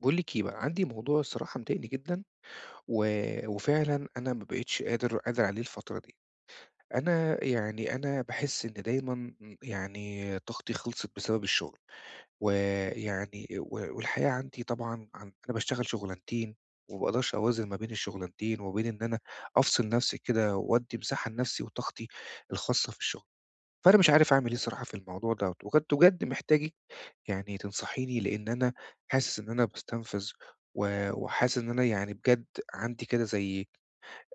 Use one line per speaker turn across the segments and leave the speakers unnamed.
باقول لِك إيه بقى، عندي موضوع الصراحة مضايقني جدًا، و وفعلًا أنا ما بقيتش قادر عليه الفترة دي. أنا باحس إن دايمًا يعني طاقتي خلصت بسبب الشغل، ويعني و والحياة عندي طبعًا عن أنا باشتغل شغلانتين، وما باقدرش أوازن ما بين الشغلانتين وما بين إن أنا أفصل نفسي كده وأدّي مساحة لنفسي وطاقتي الخاصة في الشغل. فأنا مش عارف أعمل إيه الصراحة في الموضوع دوّة، وكنت بجد محتاجِك يعني تنصحيني لإن أنا حاسس إن أنا باستنفذ و وحاسس إن أنا يعني بجد عندي كده زي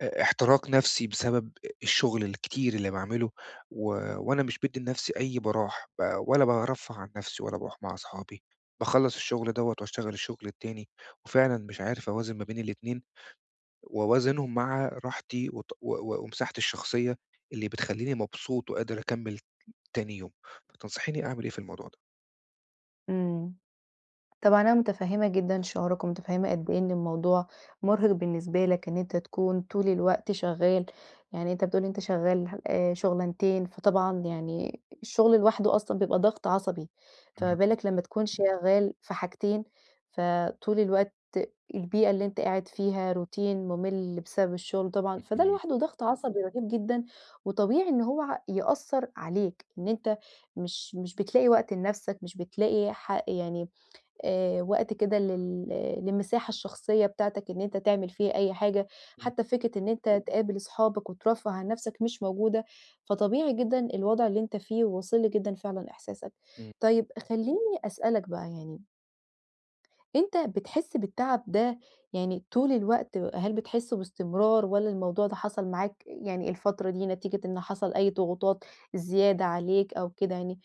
احتراق نفسي بسبب الشغل الكتير اللي باعمله و وأنا مش بادّي لنفسي أي براح ب ولا بارفّه عن نفسي ولا باروح مع أصحابي. باخلّص الشغل دوّة واشتغل الشغل التاني، وفعلًا مش عارف أوازن ما بين الاتنين وأوازنهم مع راحتي وط و و ومساحتي الشخصية اللي بتخلّيني مبسوط وقادر أكمّل تاني يوم. فتنصحيني أعمل إيه في الموضوع ده؟
إمم. طبعًا أنا متفهّمة جدًا شعورك، ومتفهّمة قد إيه إن الموضوع مُرهق بالنسبة لك إن أنت تكون طول الوقت شغّال، يعني أنت بتقول أنت شغّال شُغلانتين، فطبعًا يعني الشغل لوحده أصلًا بيبقى ضغط عصبي، فما
إمم،
بالك لمّا تكون شغّال في حاجتين، فطول الوقت البيئة اللي أنت قاعد فيها روتين مُمِل بسبب الشغل طبعًا، فده لوحده ضغط عصبي رهيب جدًا، وطبيعي إن هو يأثّر عليك، إن أنت مش بتلاقي وقت لنَفْسك، مش بتلاقي يعني وقت كده للمساحة الشخصية بتاعتك إن أنت تعمل فيها أي حاجة،
إمم.
حتى فكرة إن أنت تقابل أصحابك وترفّه عن نَفْسك مش موجودة، فطبيعي جدًا الوضع اللي أنت فيه واصل لي جدًا فعلًا إحساسك.
إمم،
طيب خلّيني أسألك بقى يعني، أنت بتحس بالتعب ده يعني طول الوقت، هل بتحسه باستمرار والّا الموضوع ده حصل معاك يعني الفترة دي نتيجة إن حصل أي ضغوطات زيادة عليك أو كده يعني؟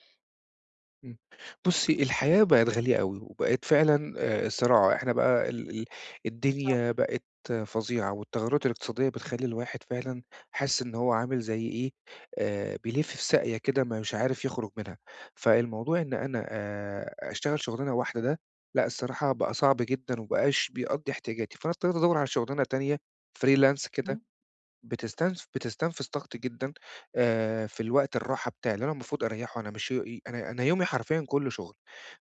إمم. بُصّي، الحياة بقت غالية أوي، وبقت فعلًا صراع، إحنا بقى ال ال الدنيا بقت فظيعة، والتغيرات الاقتصادية بتخلّي الواحد فعلًا حاسس إن هو عامل زي إيه، بيلِف في ساقية كده مش عارف يخرج منها، فالموضوع إن أنا أشتغل شغلانة واحدة ده، لأ الصراحة بقى صعب جدًا وما بقاش بيقضّي احتياجاتي، فأنا اضطريت أدوّر على شغلانة تانية freelance كده.
إمم.
بتستنفذ طاقتي جدًا في الوقت الراحة بتاعي، اللي أنا المفروض أريّحه، أنا مش ي أنا أنا يومي حرفيًا كُلّه شغل.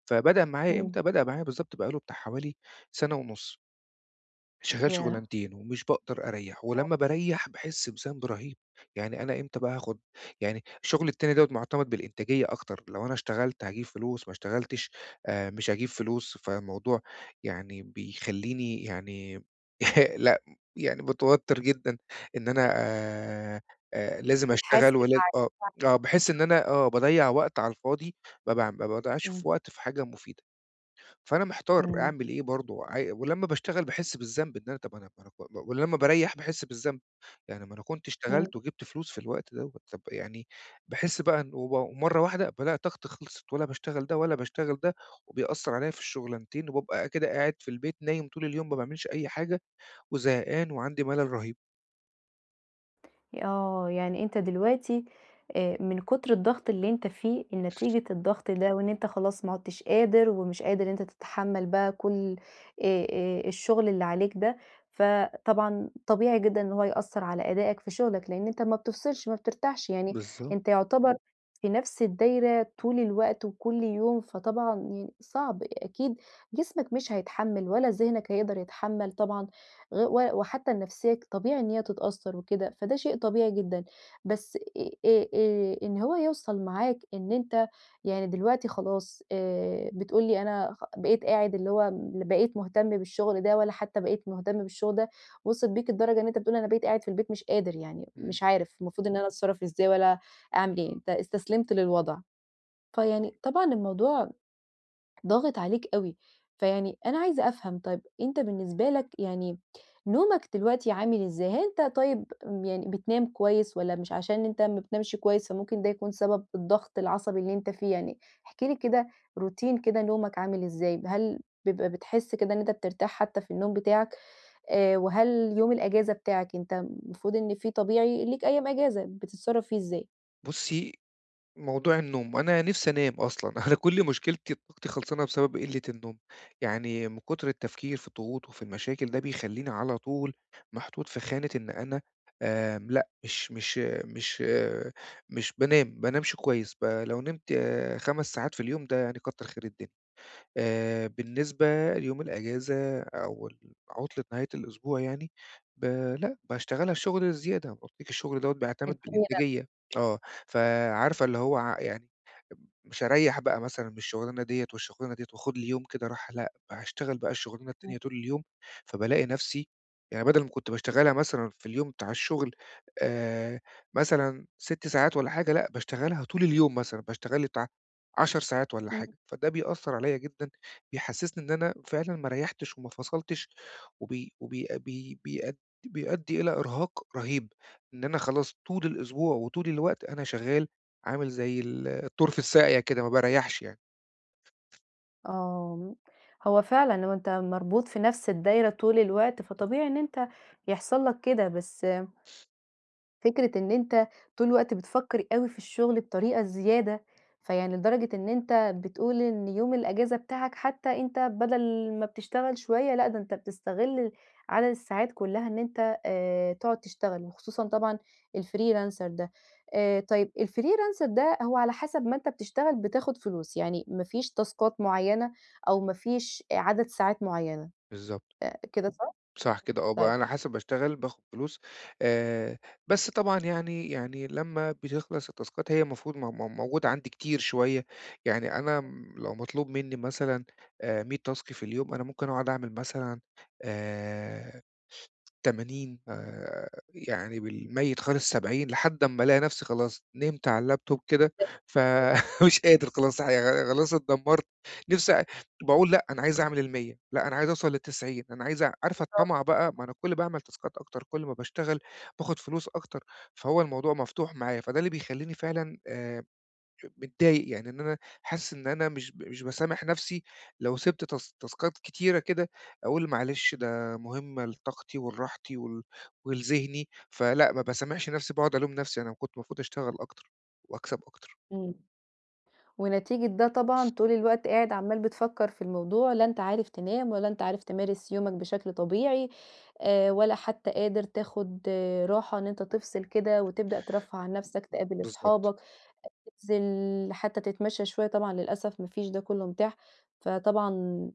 فبدأ معايا
إمم.
إمتى، بدأ معايا بالضبط بقى له بتاع حوالي 1.5 سنة. شغال
ياه!
شغلانتين ومش باقدر أريّح،
آه،
ولمّا باريّح باحس بذنب رهيب، يعني أنا إمتى بقى هاخد يعني الشغل التاني دوّة مُعتمد بالإنتاجية أكتر، لو أنا اشتغلت هاجيب فلوس، ما اشتغلتش مش هاجيب فلوس، فالموضوع يعني بيخلّيني يعني لأ، يعني متوتّر جدًا إن أنا لازم
بتحس
أشتغل ولا آه، آه باحس إن أنا آه باضيّع وقت على الفاضي، ما باع ما باضيّعش
إمم،
في وقت في حاجة مفيدة. فأنا محتار
إمم.
أعمل إيه برضه، ولمّا باشتغل باحس بالذنب إن أنا طَب أنا ما أنا ك ولمّا باريّح باحس بالذنب، يعني ما أنا كنت
إمم،
اشتغلت وجِبت فلوس في الوقت دوّة، طَب يعني باحس بقى إن ومرّة واحدة بالاقي طاقتي خلصت ولا باشتغل ده ولا باشتغل ده، وبيأثّر عليَّ في الشغلانتين، وبابقى كده قاعد في البيت نايم طول اليوم ما باعملش أي حاجة، وزهقان وعندي ملل رهيب.
آه، يعني أنت دلوقتي من كتر الضغط اللي أنت فيه، نتيجة الضغط ده وإن أنت خلاص ما عُدتش قادر ومش قادر إن أنت تتحمّل بقى كل آآ، الشغل اللي عليك ده، فطبعًا طبيعي جدًا إن هو يأثّر على أدائك في شغلك، لإن أنت ما بتفصلش، ما بترتاحش، يعني
بالضبط،
أنت يعتبر في نفس الدايرة طول الوقت وكل يوم، فطبعًا يعني صعب أكيد جسمك مش هيتحمّل ولا ذهنك هيقدر يتحمّل طبعًا غ و وحتى النفسية طبيعي إن هي تتأثّر وكده، فده شيء طبيعي جدًا، بس إن هو يوصل معاك إن أنت يعني دلوقتي خلاص بتقول لي أنا بقيت قاعد اللي هو بقيت مهتم بالشغل ده ولا حتى بقيت مهتم بالشغل ده، وصلت بيك الدرجة إن أنت بتقول أنا بقيت قاعد في البيت مش قادر يعني
إمم.
مش عارف المفروض إن أنا أتصرّف إزاي ولا أعمل إيه، أنت استسلمت للوضع. فيعني طبعًا الموضوع ضاغط عليك أوي، فيعني أنا عايزة أفهم طيب أنت بالنسبة لك يعني نومك دلوقتي عامل إزاي؟ هل أنت طيب يعني بتنام كويس والّا مش عشان أنت ما بتنامش كويس فممكن ده يكون سبب الضغط العصبي اللي أنت فيه يعني؟ احكِ لي كده روتين كده نومك عامل إزاي؟ هل بيبقى بتحس كده إن أنت بترتاح حتى في النوم بتاعك؟ وهل يوم الأجازة بتاعك أنت المفروض إن في طبيعي ليك أيام أجازة، بتتصرّف فيه إزاي؟
بُصّي موضوع النوم، أنا نِفْسي أنام أصلًا. أنا كل مشكلتي طاقتي خلصانة بسبب قِلّة النوم، يعني من كتر التفكير في الضغوط وفي المشاكل ده بيخلّيني على طول محطوط في خانة إن أنا آمم، لأ مش مش مش آه، مش بانام، ما بانامش كويس، لو نمت 5 ساعات في اليوم ده يعني كتّر خير الدنيا. بالنسبة ليوم الأجازة أو عُطلة نهاية الأسبوع يعني، ب لأ باشتغلها الشغل الزيادة، أنا قُلت لِك الشغل دوّة بيعتمد
الحقيقة
بالإنتاجية، آه، فعارفة اللي هو ع يعني مش هاريّح بقى مثلًا من الشغلانة ديّة والشغلانة ديّة وآخُد لي يوم كده راحة، لأ، هاشتغل بقى الشغلانة التانية طول اليوم، فبالاقي نَفْسي يعني بدل ما كنت باشتغلها مثلًا في اليوم بتاع الشغل آآ مثلًا 6 ساعات والّا حاجة، لأ، باشتغلها طول اليوم مثلًا، باشتغل لي بتاع 10 ساعات والّا
إمم.
حاجة، فده بيأثّر عليّا جدًا، بيحسّسني إن أنا فعلًا ما ريّحتش وما فصلتش وبي وبي بي بيأد بيؤدّي إلى إرهاق رهيب، إن أنا خلاص طول الأسبوع وطول الوقت أنا شغّال عامل زي الطور في الساقية كده ما باريّحش يعني.
آه، هو فعلًا هو أنت مربوط في نفس الدايرة طول الوقت، فطبيعي إن أنت يحصل لك كده، بس فكرة إن أنت طول الوقت بتفكّر أوي في الشغل بطريقة زيادة، فيعني لدرجة إن أنت بتقول إن يوم الأجازة بتاعك حتى أنت بدل ما بتشتغل شوية، لأ ده أنت بتستغل عدد الساعات كلّها إن أنت تقعد تشتغل، وخصوصًا طبعًا الfreelancer ده. طيب الfreelancer ده هو على حسب ما أنت بتشتغل بتاخد فلوس، يعني ما فيش تاسكات معيّنة أو ما فيش عدد ساعات معيّنة،
بالضبط.
كده صح؟
صح كده آه،
طيب
على حسب باشتغل باخد فلوس. آآ، بس طبعًا يعني لمّا بتخلص التاسكات هي المفروض م م موجودة عندي كتير شوية، يعني أنا م لو مطلوب منّي مثلًا 100 تاسك في اليوم أنا ممكن أقعد أعمل مثلًا آآ 80 يعني بالميت خالص 70 لحد أمّا ألاقي نفسي خلاص نمت على اللابتوب كده، فمش قادر خلاص خلاص اتدمرت، نفسي باقول لأ أنا عايز أعمل ال100 لأ أنا عايز أوصل لل90 أنا عايز عارفة الطمع بقى، ما أنا كل باعمل تاسكات أكتر، كل ما باشتغل باخد فلوس أكتر، فهو الموضوع مفتوح معايا، فده اللي بيخلّيني فعلًا متضايق، يعني إن أنا حاسس إن أنا مش باسامح نَفْسي لو سِبت تاسكات كتيرة كده، أقول معلش ده مهمة لطاقتي ولراحتي ولذهني، فلأ ما باسامحش نَفْسي باقعد ألوم نَفْسي، أنا كنت المفروض أشتغل أكتر وأكسب أكتر.
إمم. ونتيجة ده طبعًا طول الوقت قاعد عمّال بتفكّر في الموضوع، لا أنت عارف تنام ولا أنت عارف تمارس يومك بشكل طبيعي، ولا حتى قادر تاخد راحة إن أنت تفصل كده وتبدأ ترفّه عن نَفْسك، تقابل
بالضبط.
أصحابك، تنزل حتى تتمشّى شوية، طبعًا للأسف ما فيش ده كُلّه متاح، فطبعًا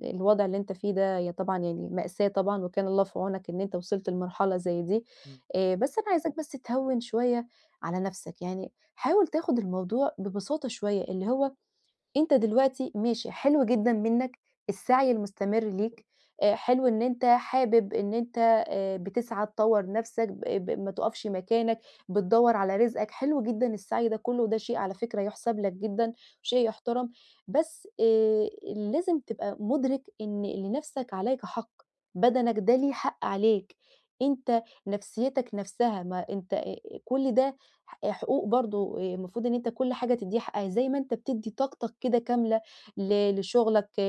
الوضع اللي أنت فيه ده طبعًا يعني مأساة طبعًا وكان الله في عونك إن أنت وصلت لمرحلة زي دي،
إمم.
بس أنا عايزاك بس تهوّن شوية على نَفْسك، يعني حاول تاخد الموضوع ببساطة شوية، اللي هو أنت دلوقتي ماشي حلو جدًا منّك السعي المستمر ليك، حلو إن أنت حابب إن أنت بتسعى تطوّر نَفْسك ب ب ما تُقفش مكانك، بتدوّر على رزقك، حلو جدًا السعي ده كُلّه وده شيء على فكرة يُحسَب لك جدًا، شيء يُحترم، بس لازم تبقى مُدرِك إن لنَفْسك عليك حق، بدنك ده ليه حق عليك، أنت نفسيتك نَفْسها ما أنت كل ده حقوق برضه المفروض إن أنت كل حاجة تدّيها حقها، زي ما أنت بتدّي طاقتك كده كاملة لشغلك ل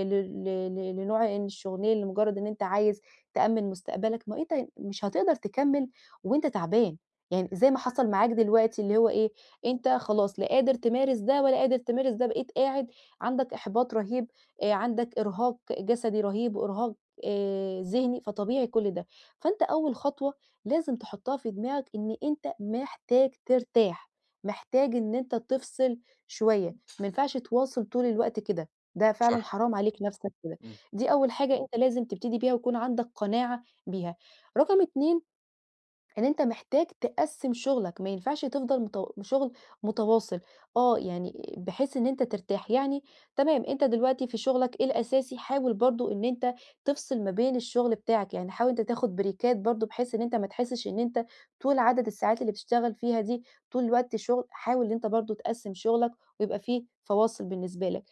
ل ل لنوع إن الشغلانة لمجرد إن أنت عايز تأمِّن مستقبلك، ما أنت مش هتقدر تكمّل وأنت تعبان، يعني زي ما حصل معاك دلوقتي اللي هو إيه، أنت خلاص لا قادر تمارس ده ولا قادر تمارس ده، بقيت قاعد عندك إحباط رهيب، عندك إرهاق جسدي رهيب وإرهاق ذهني، فطبيعي كل ده. فأنت أول خطوة لازم تحطها في دماغك إن أنت محتاج ترتاح، محتاج إن أنت تفصل شوية، ما ينفعش تواصل طول الوقت كده، ده فعلًا
صح،
حرام عليك نفْسك كده،
إمم،
دي أول حاجة أنت لازم تبتدي بيها ويكون عندك قناعة بيها. رقم 2 إن أنت محتاج تقسّم شغلك، ما ينفعش تفضل شغل متواصل، آه يعني بحيث إن أنت ترتاح، يعني تمام أنت دلوقتي في شغلك الأساسي حاول برضه إن أنت تفصل ما بين الشغل بتاعك، يعني حاول أنت تاخد بريكات برضه بحيث إن أنت ما تحسّش إن أنت طول عدد الساعات اللي بتشتغل فيها دي طول الوقت شغل، حاول إن أنت برضه تقسّم شغلك ويبقى في فواصل بالنسبة لك.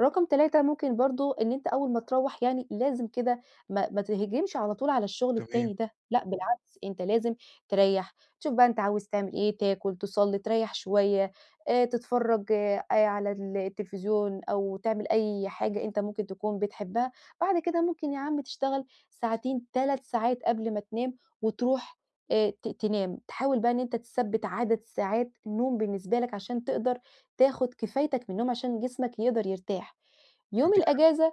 رقم 3 ممكن برضه إن أنت أول ما تروّح يعني لازم كده ما تهجمش على طول على الشغل
تمام،
التاني ده، لأ بالعكس أنت لازم تريّح، تشوف بقى أنت عاوز تعمل إيه، تاكل، تصلّي، تريّح شوية، تتفرّج على التلفزيون أو تعمل أي حاجة أنت ممكن تكون بتحبها، بعد كده ممكن يا عم تشتغل ساعتين، 3 ساعات قبل ما تنام وتروح ت تنام، تحاول بقى إن أنت تثبّت عدد ساعات النوم بالنسبة لك عشان تقدر تاخُد كفايتك من النوم عشان جسمك يقدر يرتاح. يوم
عندِك حق،
الأجازة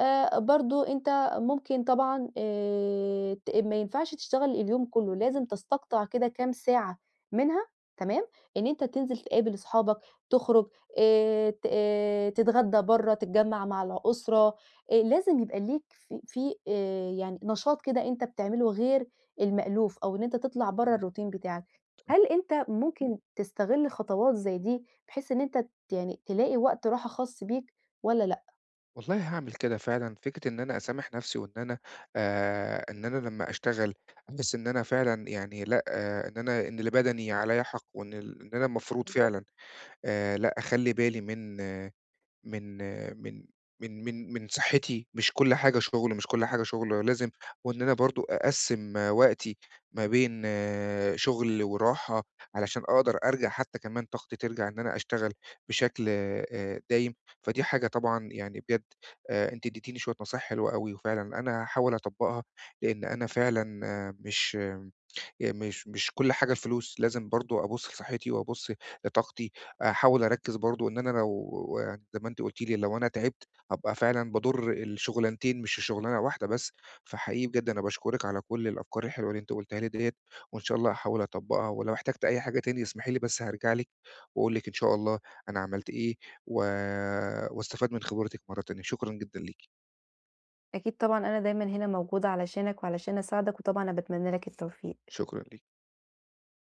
برضه أنت ممكن طبعًا ت ما ينفعش تشتغل اليوم كُلّه، لازم تستقطع كده كام ساعة منها تمام، إن أنت تنزل تقابل أصحابك، تخرج ت تتغدى برّه، تتجمّع مع الأسرة، لازم يبقى ليك في يعني نشاط كده أنت بتعمله غير المألوف أو إن أنت تطلع برّه
إمم،
الroutine بتاعك.
صح.
هل أنت ممكن تستغل خطوات زي دي بحيث إن أنت يعني تلاقي وقت راحة خاص بيك والّا لأ؟
والله هاعمل كده فعلًا، فكرة إن أنا أسامح نَفْسي وإن أنا إن أنا لمّا أشتغل أحس إن أنا فعلًا يعني لأ، آه إن أنا إن اللي بدني عليّا حق وإن ال إن أنا المفروض فعلًا لأ، أخلّي بالي من آه، من آه، من من صحّتي، مش كل حاجة شغل، مش كل حاجة شغل، لازم وإن أنا برضه أقسّم آه، وقتي ما بين آه، شغل وراحة، علشان أقدر أرجع حتى كمان طاقتي ترجع إن أنا أشتغل بشكل دايم، فدي حاجة طبعًا يعني بجد أنتِ اديتيني شوية نصايح حلوة أوي، وفعلًا أنا هاحاول أطبّقها، لإن أنا فعلًا آه، مش كل حاجة فلوس، لازم برضه أبُص لصحّتي وأبُص لطاقتي، أحاول أركّز برضه إن أنا لو يعني زي ما أنتِ قُلتِ لي لو أنا تعبت هابقى فعلًا باضُر الشغلانتين مش شغلانة واحدة بس، فحقيقي بجد أنا باشكرِك على كل الأفكار الحلوة اللي أنتِ قُلتيها لي ديّة، وإن شاء الله هاحاول أطبّقها ولو احتجت أي حاجة تاني اسمحي لي بس هارجع لِك وأقول لِك إن شاء الله أنا عملت إيه و واستفاد من خبرتِك مرّة تانية، شكرًا جدًا ليكِ،
أكيد طبعًا، أنا دايمًا هنا موجودة علشانك وعلشان أساعدك، وطبعًا أنا باتمنى لك التوفيق.
شكرًا ليكِ.